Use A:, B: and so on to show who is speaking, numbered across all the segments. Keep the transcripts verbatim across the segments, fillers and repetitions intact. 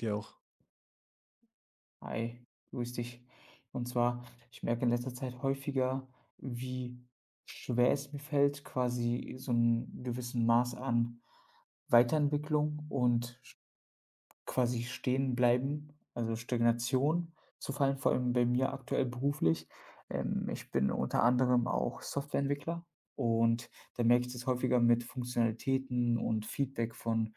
A: Dir auch.
B: Hi, grüß dich. Und zwar, ich merke in letzter Zeit häufiger, wie schwer es mir fällt, quasi so 'n gewissen Maß an Weiterentwicklung und Quasi stehen bleiben, also Stagnation zu fallen, vor allem bei mir aktuell beruflich. Ähm, ich bin unter anderem auch Softwareentwickler und da merke ich das häufiger mit Funktionalitäten und Feedback von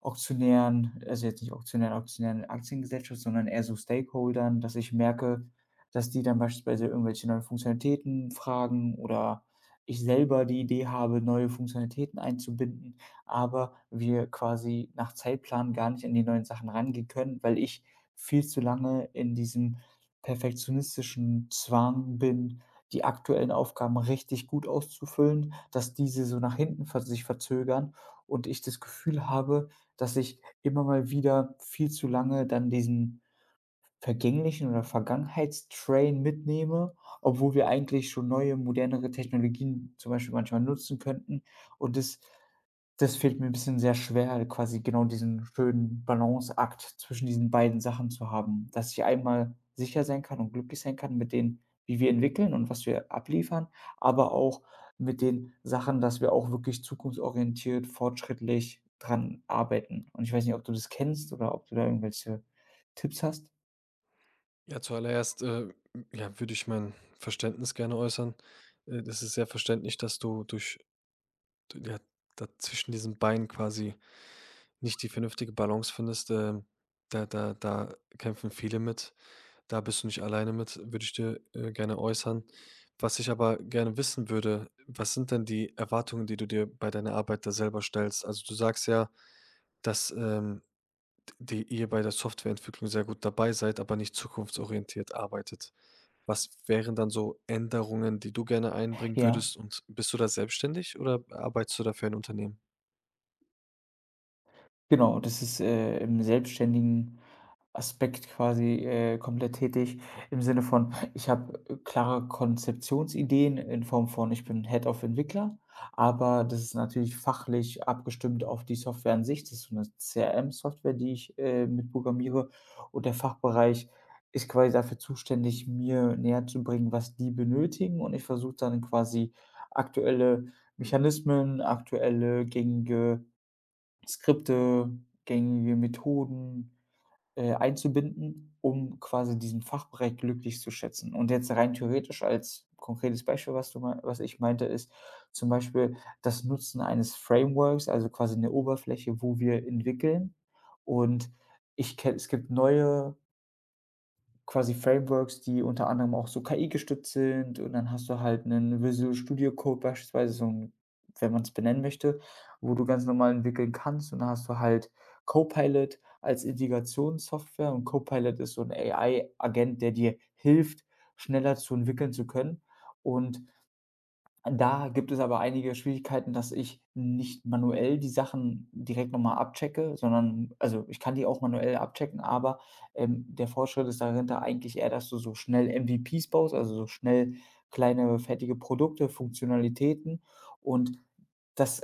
B: Auktionären, also jetzt nicht Auktionären, Auktionären Aktiengesellschaft, sondern eher so Stakeholdern, dass ich merke, dass die dann beispielsweise irgendwelche neuen Funktionalitäten fragen oder ich selber die Idee habe, neue Funktionalitäten einzubinden, aber wir quasi nach Zeitplan gar nicht an die neuen Sachen rangehen können, weil ich viel zu lange in diesem perfektionistischen Zwang bin, die aktuellen Aufgaben richtig gut auszufüllen, dass diese so nach hinten ver sich verzögern und ich das Gefühl habe, dass ich immer mal wieder viel zu lange dann diesen vergänglichen oder Vergangenheitstrain mitnehme, obwohl wir eigentlich schon neue, modernere Technologien zum Beispiel manchmal nutzen könnten. Und das das fällt mir ein bisschen sehr schwer, quasi genau diesen schönen Balanceakt zwischen diesen beiden Sachen zu haben, dass ich einmal sicher sein kann und glücklich sein kann mit den, wie wir entwickeln und was wir abliefern, aber auch mit den Sachen, dass wir auch wirklich zukunftsorientiert, fortschrittlich dran arbeiten. Und ich weiß nicht, ob du das kennst oder ob du da irgendwelche Tipps hast?
A: Ja, zuallererst, äh, ja, würde ich mein Verständnis gerne äußern. Äh, das ist sehr verständlich, dass du durch du- ja, da zwischen diesen Beinen quasi nicht die vernünftige Balance findest. Ähm, da da da kämpfen viele mit. Da bist du nicht alleine mit, würde ich dir, äh, gerne äußern. Was ich aber gerne wissen würde, was sind denn die Erwartungen, die du dir bei deiner Arbeit da selber stellst? Also, du sagst ja, dass, ähm die ihr bei der Softwareentwicklung sehr gut dabei seid, aber nicht zukunftsorientiert arbeitet. Was wären dann so Änderungen, die du gerne einbringen
B: Ja,
A: würdest, und bist du da selbstständig oder arbeitest du dafür für ein Unternehmen?
B: genau. Das ist, äh, im selbstständigen Aspekt quasi, äh, komplett tätig im Sinne von, ich habe, äh, klare Konzeptionsideen in Form von, ich bin Head of Entwickler, aber das ist natürlich fachlich abgestimmt auf die Software an sich. Das ist so 'ne C R M-Software, die ich, äh, mitprogrammiere, und der Fachbereich ist quasi dafür zuständig, mir näher zu bringen, was die benötigen, und ich versuche dann quasi aktuelle Mechanismen, aktuelle gängige Skripte, gängige Methoden, äh, einzubinden, um quasi diesen Fachbereich glücklich zu schätzen. Und jetzt rein theoretisch als konkretes Beispiel, was du mei was ich meinte, ist zum Beispiel das Nutzen eines Frameworks, also quasi eine Oberfläche, wo wir entwickeln. Und ich ken es gibt neue Quasi Frameworks, die unter anderem auch so K I-gestützt sind, und dann hast du halt 'nen Visual Studio Code beispielsweise, so 'n wenn man's benennen möchte, wo du ganz normal entwickeln kannst, und da hast du halt Copilot als Integrationssoftware, und Copilot ist so 'n A I-Agent, der dir hilft, schneller zu entwickeln zu können, und da gibt es aber einige Schwierigkeiten, dass ich nicht manuell die Sachen direkt nochmal abchecke, sondern also, ich kann die auch manuell abchecken, aber, ähm, der Fortschritt ist darin da eigentlich eher, dass du so schnell M V Ps baust, also so schnell kleine fertige Produkte, Funktionalitäten, und das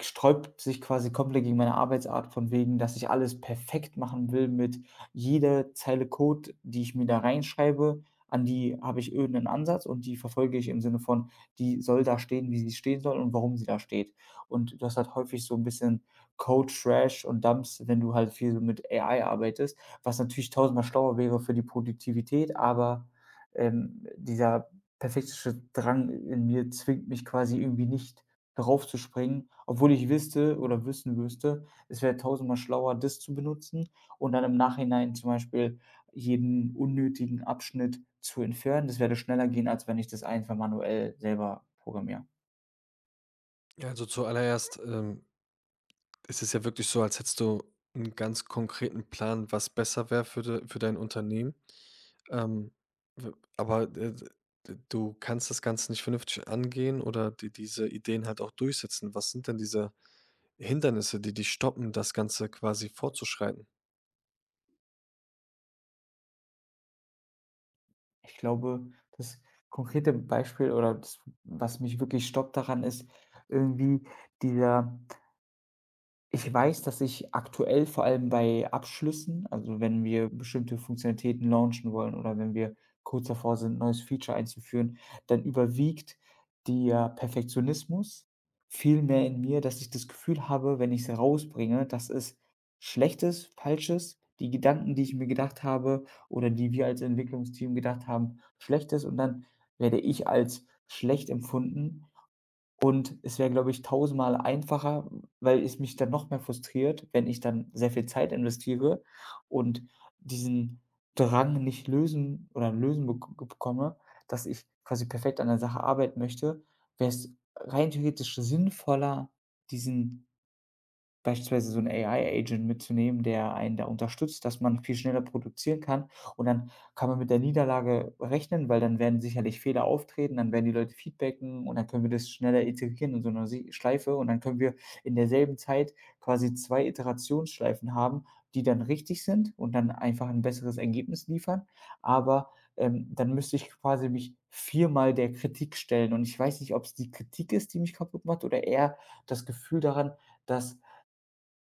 B: sträubt sich quasi komplett gegen meine Arbeitsart von wegen, dass ich alles perfekt machen will mit jeder Zeile Code, die ich mir da reinschreibe, an die habe ich irgendeinen Ansatz und die verfolge ich im Sinne von die soll da stehen, wie sie stehen soll und warum sie da steht. Und du hast halt häufig so ein bisschen Code-Trash und Dumps, wenn du halt viel so mit A I arbeitest, was natürlich tausendmal schlauer wäre für die Produktivität, aber, ähm, dieser perfektische Drang in mir zwingt mich quasi irgendwie nicht, darauf zu springen, obwohl ich wüsste oder wissen müsste, es wäre tausendmal schlauer, das zu benutzen und dann im Nachhinein zum Beispiel jeden unnötigen Abschnitt zu entfernen. Das werde schneller gehen, als wenn ich das einfach manuell selber programmiere.
A: Ja, also zuallererst, ähm, ist es ja wirklich so, als hättest du einen ganz konkreten Plan, was besser wäre für de für dein Unternehmen. Ähm, w aber d d d du kannst das Ganze nicht vernünftig angehen oder die diese Ideen halt auch durchsetzen. Was sind denn diese Hindernisse, die dich stoppen, das Ganze quasi fortzuschreiten?
B: Ich glaube, das konkrete Beispiel oder das, was mich wirklich stoppt daran, ist irgendwie dieser. Ich weiß, dass ich aktuell vor allem bei Abschlüssen, also, wenn wir bestimmte Funktionalitäten launchen wollen oder wenn wir kurz davor sind, 'n neues Feature einzuführen, dann überwiegt der Perfektionismus viel mehr in mir, dass ich das Gefühl habe, wenn ich es rausbringe, dass es schlechtes, falsches, die Gedanken, die ich mir gedacht habe oder die wir als Entwicklungsteam gedacht haben, schlecht ist, und dann werde ich als schlecht empfunden, und es wäre, glaube ich, tausendmal einfacher, weil es mich dann noch mehr frustriert, wenn ich dann sehr viel Zeit investiere und diesen Drang nicht lösen oder lösen bek bekomme, dass ich quasi perfekt an der Sache arbeiten möchte, wäre es rein theoretisch sinnvoller, diesen Beispielsweise so 'n A I-Agent mitzunehmen, der einen da unterstützt, dass man viel schneller produzieren kann. Und dann kann man mit der Niederlage rechnen, weil dann werden sicherlich Fehler auftreten, dann werden die Leute feedbacken und dann können wir das schneller iterieren in so 'ner Si Schleife. Und dann können wir in derselben Zeit quasi zwei Iterationsschleifen haben, die dann richtig sind und dann einfach 'n besseres Ergebnis liefern. Aber, ähm, dann müsste ich quasi mich viermal der Kritik stellen. Und ich weiß nicht, ob's die Kritik ist, die mich kaputt macht oder eher das Gefühl daran, dass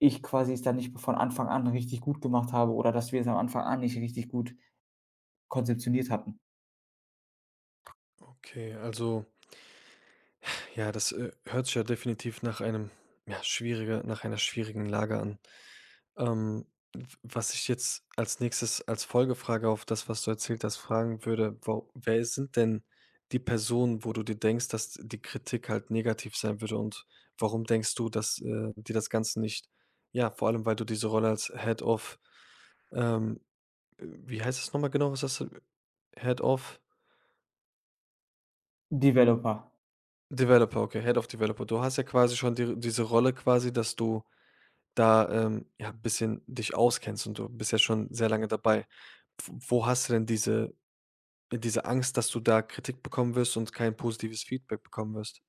B: ich quasi es dann nicht von Anfang an richtig gut gemacht habe oder dass wir es am Anfang an nicht richtig gut konzeptioniert hatten.
A: Okay, also ja, das, äh, hört sich ja definitiv nach einem, ja, schwieriger nach einer schwierigen Lage an. Ähm, w Was ich jetzt als Nächstes als Folgefrage auf das, was du erzählt hast, fragen würde, wa wer sind denn die Personen, wo du dir denkst, dass die Kritik halt negativ sein würde, und warum denkst du, dass, äh, die das Ganze nicht ja, vor allem, weil du diese Rolle als Head of, ähm wie heißt es nochmal genau? Was hast du Head of
B: Developer.
A: Developer, okay, Head of Developer. Du hast ja quasi schon die diese Rolle quasi, dass du da, ähm, ja, 'n bisschen dich auskennst und du bist ja schon sehr lange dabei. W Wo hast du denn diese diese Angst, dass du da Kritik bekommen wirst und kein positives Feedback bekommen wirst?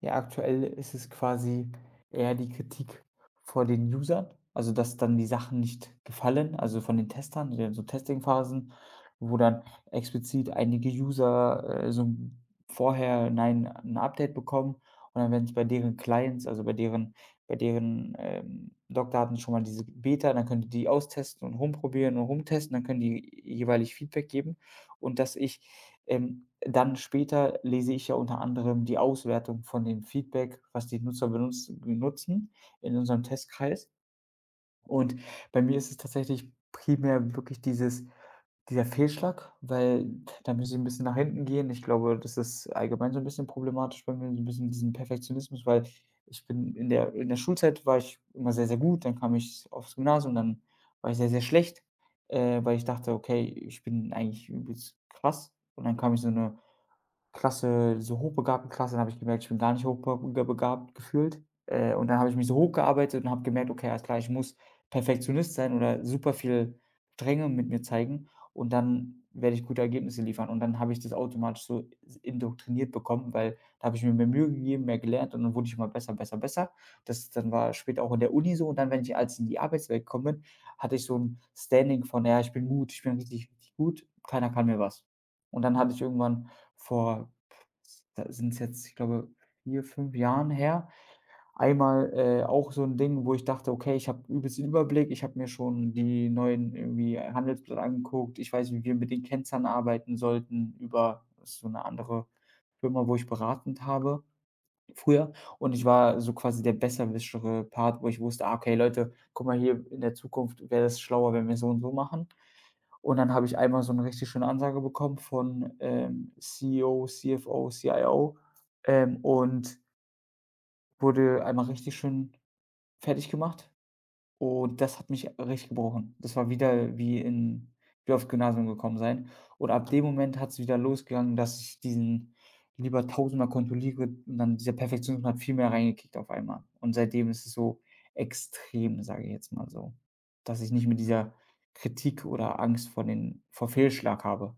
B: Ja, aktuell ist es quasi eher die Kritik vor den Usern, also dass dann die Sachen nicht gefallen, also von den Testern, die dann so Testingphasen, wo dann explizit einige User äh, so ein- vorher nein, ein Update bekommen und dann, wenn es bei deren Clients, also bei deren, bei deren ähm, Logdaten schon mal diese Beta, dann können die die austesten und rumprobieren und rumtesten, dann können die jeweilig Feedback geben, und dass ich ähm, dann später lese ich ja unter anderem die Auswertung von dem Feedback, was die Nutzer benutz benutzen in unserem Testkreis. Und bei mir ist es tatsächlich primär wirklich dieses dieser Fehlschlag, weil da muss ich ein bisschen nach hinten gehen. Ich glaube, das ist allgemein so ein bisschen problematisch bei mir, so ein bisschen diesen Perfektionismus, weil ich bin in der in der Schulzeit war ich immer sehr, sehr gut, dann kam ich aufs Gymnasium, dann war ich sehr, sehr schlecht, äh, weil ich dachte: „Okay, ich bin eigentlich übelst krass.“ Und dann kam ich so eine Klasse so hochbegabten Klasse, dann habe ich gemerkt, ich bin gar nicht hochbegabt gefühlt. Äh, und dann habe ich mich so hochgearbeitet und habe gemerkt: „Okay, alles klar, ich muss Perfektionist sein oder super viel Strenge mit mir zeigen und dann werde ich gute Ergebnisse liefern.“ Und dann habe ich das automatisch so s indoktriniert bekommen, weil da habe ich mir mehr Mühe gegeben, mehr gelernt und dann wurde ich immer besser, besser, besser. Das dann war später auch in der Uni so und dann, wenn ich als in die Arbeitswelt gekommen bin, hatte ich so 'n Standing von: „Ja, ich bin gut, ich bin richtig, richtig gut, keiner kann mir was.“ Und dann hatte ich irgendwann vor da sind es jetzt, ich glaube, vier fünf Jahren her, einmal, äh, auch so ein Ding, wo ich dachte: „Okay, ich habe übelst den Überblick, ich habe mir schon die neuen irgendwie Handelspläne angeguckt. Ich weiß, wie wir mit den Kennzahlen arbeiten sollten“ über so eine andere Firma, wo ich beratend habe früher. Und ich war so quasi der besserwischere Part, wo ich wusste: „Ah, okay, Leute, guck mal hier, in der Zukunft wäre das schlauer, wenn wir so und so machen.“ Und dann habe ich einmal so 'ne richtig schöne Ansage bekommen von, ähm, C E O, C F O, C I O, ähm, und wurde einmal richtig schön fertiggemacht. Und das hat mich richtig gebrochen. Das war wieder wie in wie aufs Gymnasium gekommen sein. Und ab dem Moment hat's wieder losgegangen, dass ich diesen lieber tausender kontrolliere und dann dieser Perfektionismus hat viel mehr reingekickt auf einmal. Und seitdem ist es so extrem, sage ich jetzt mal so, dass ich nicht mehr dieser Kritik oder Angst vor den vor Fehlschlag habe.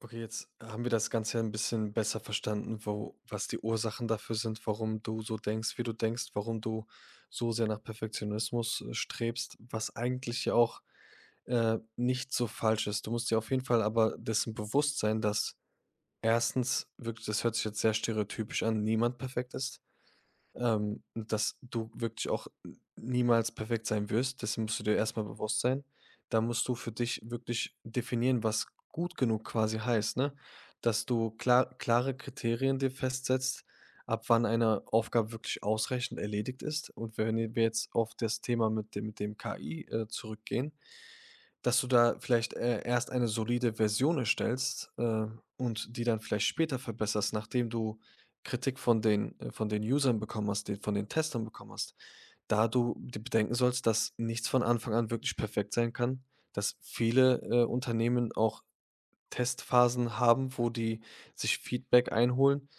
A: Okay, jetzt haben wir das Ganze ja ein bisschen besser verstanden, wo was die Ursachen dafür sind, warum du so denkst, wie du denkst, warum du so sehr nach Perfektionismus, äh, strebst, was eigentlich ja auch, äh, nicht so falsch ist. Du musst dir auf jeden Fall aber dessen bewusst sein, dass erstens, wirklich, das hört sich jetzt sehr stereotypisch an, niemand perfekt ist. Ähm, dass du wirklich auch niemals perfekt sein wirst. Dessen musst du dir erstmal bewusst sein. Da musst du für dich wirklich definieren, was gut genug quasi heißt, ne? Dass du klar klare Kriterien dir festsetzt, ab wann eine Aufgabe wirklich ausreichend erledigt ist. Und wenn wir jetzt auf das Thema mit dem mit dem K I, äh, zurückgehen, dass du da vielleicht, äh, erst eine solide Version erstellst, äh, und die dann vielleicht später verbesserst, nachdem du Kritik von den äh, von den Usern bekommen hast, den von den Testern bekommen hast. Da du dir bedenken sollst, dass nichts von Anfang an wirklich perfekt sein kann, dass viele, äh, Unternehmen auch Testphasen haben, wo die sich Feedback einholen.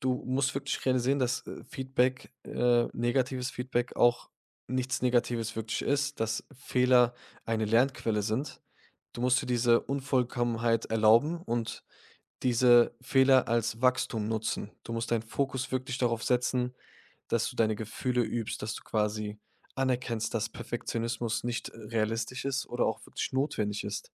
A: Du musst wirklich realisieren, dass, äh, Feedback, äh negatives Feedback auch nichts Negatives wirklich ist, dass Fehler eine Lernquelle sind. Du musst dir diese Unvollkommenheit erlauben und diese Fehler als Wachstum nutzen. Du musst deinen Fokus wirklich darauf setzen, dass du deine Gefühle übst, dass du quasi anerkennst, dass Perfektionismus nicht äh, realistisch ist oder auch wirklich notwendig ist.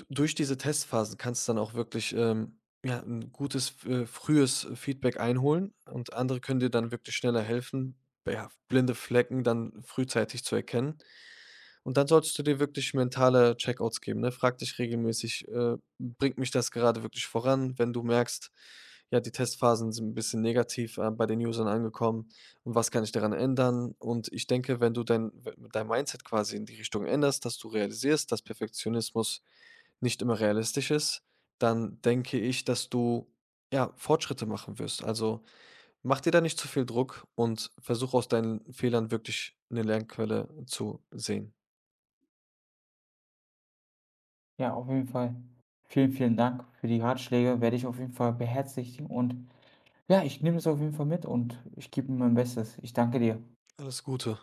A: D Durch diese Testphasen kannst du dann auch wirklich, ähm, ja, ein gutes, äh, frühes Feedback einholen und andere können dir dann wirklich schneller helfen, ja, blinde Flecken dann frühzeitig zu erkennen. Und dann solltest du dir wirklich mentale Checkouts geben, ne? Frag dich regelmäßig, äh: „Bringt mich das gerade wirklich voran?“ Wenn du merkst, ja, die Testphasen sind ein bisschen negativ, äh, bei den Usern angekommen, und was kann ich daran ändern? Und ich denke, wenn du dein dein Mindset quasi in die Richtung änderst, dass du realisierst, dass Perfektionismus nicht immer realistisch ist, dann denke ich, dass du, ja, Fortschritte machen wirst. Also, mach dir da nicht zu viel Druck und versuch aus deinen Fehlern wirklich eine Lernquelle zu sehen.
B: Ja, auf jeden Fall. Vielen, vielen Dank für die Ratschläge, werde ich auf jeden Fall beherzigen und ja, ich nehme es auf jeden Fall mit und ich gebe mir mein Bestes. Ich danke dir.
A: Alles Gute.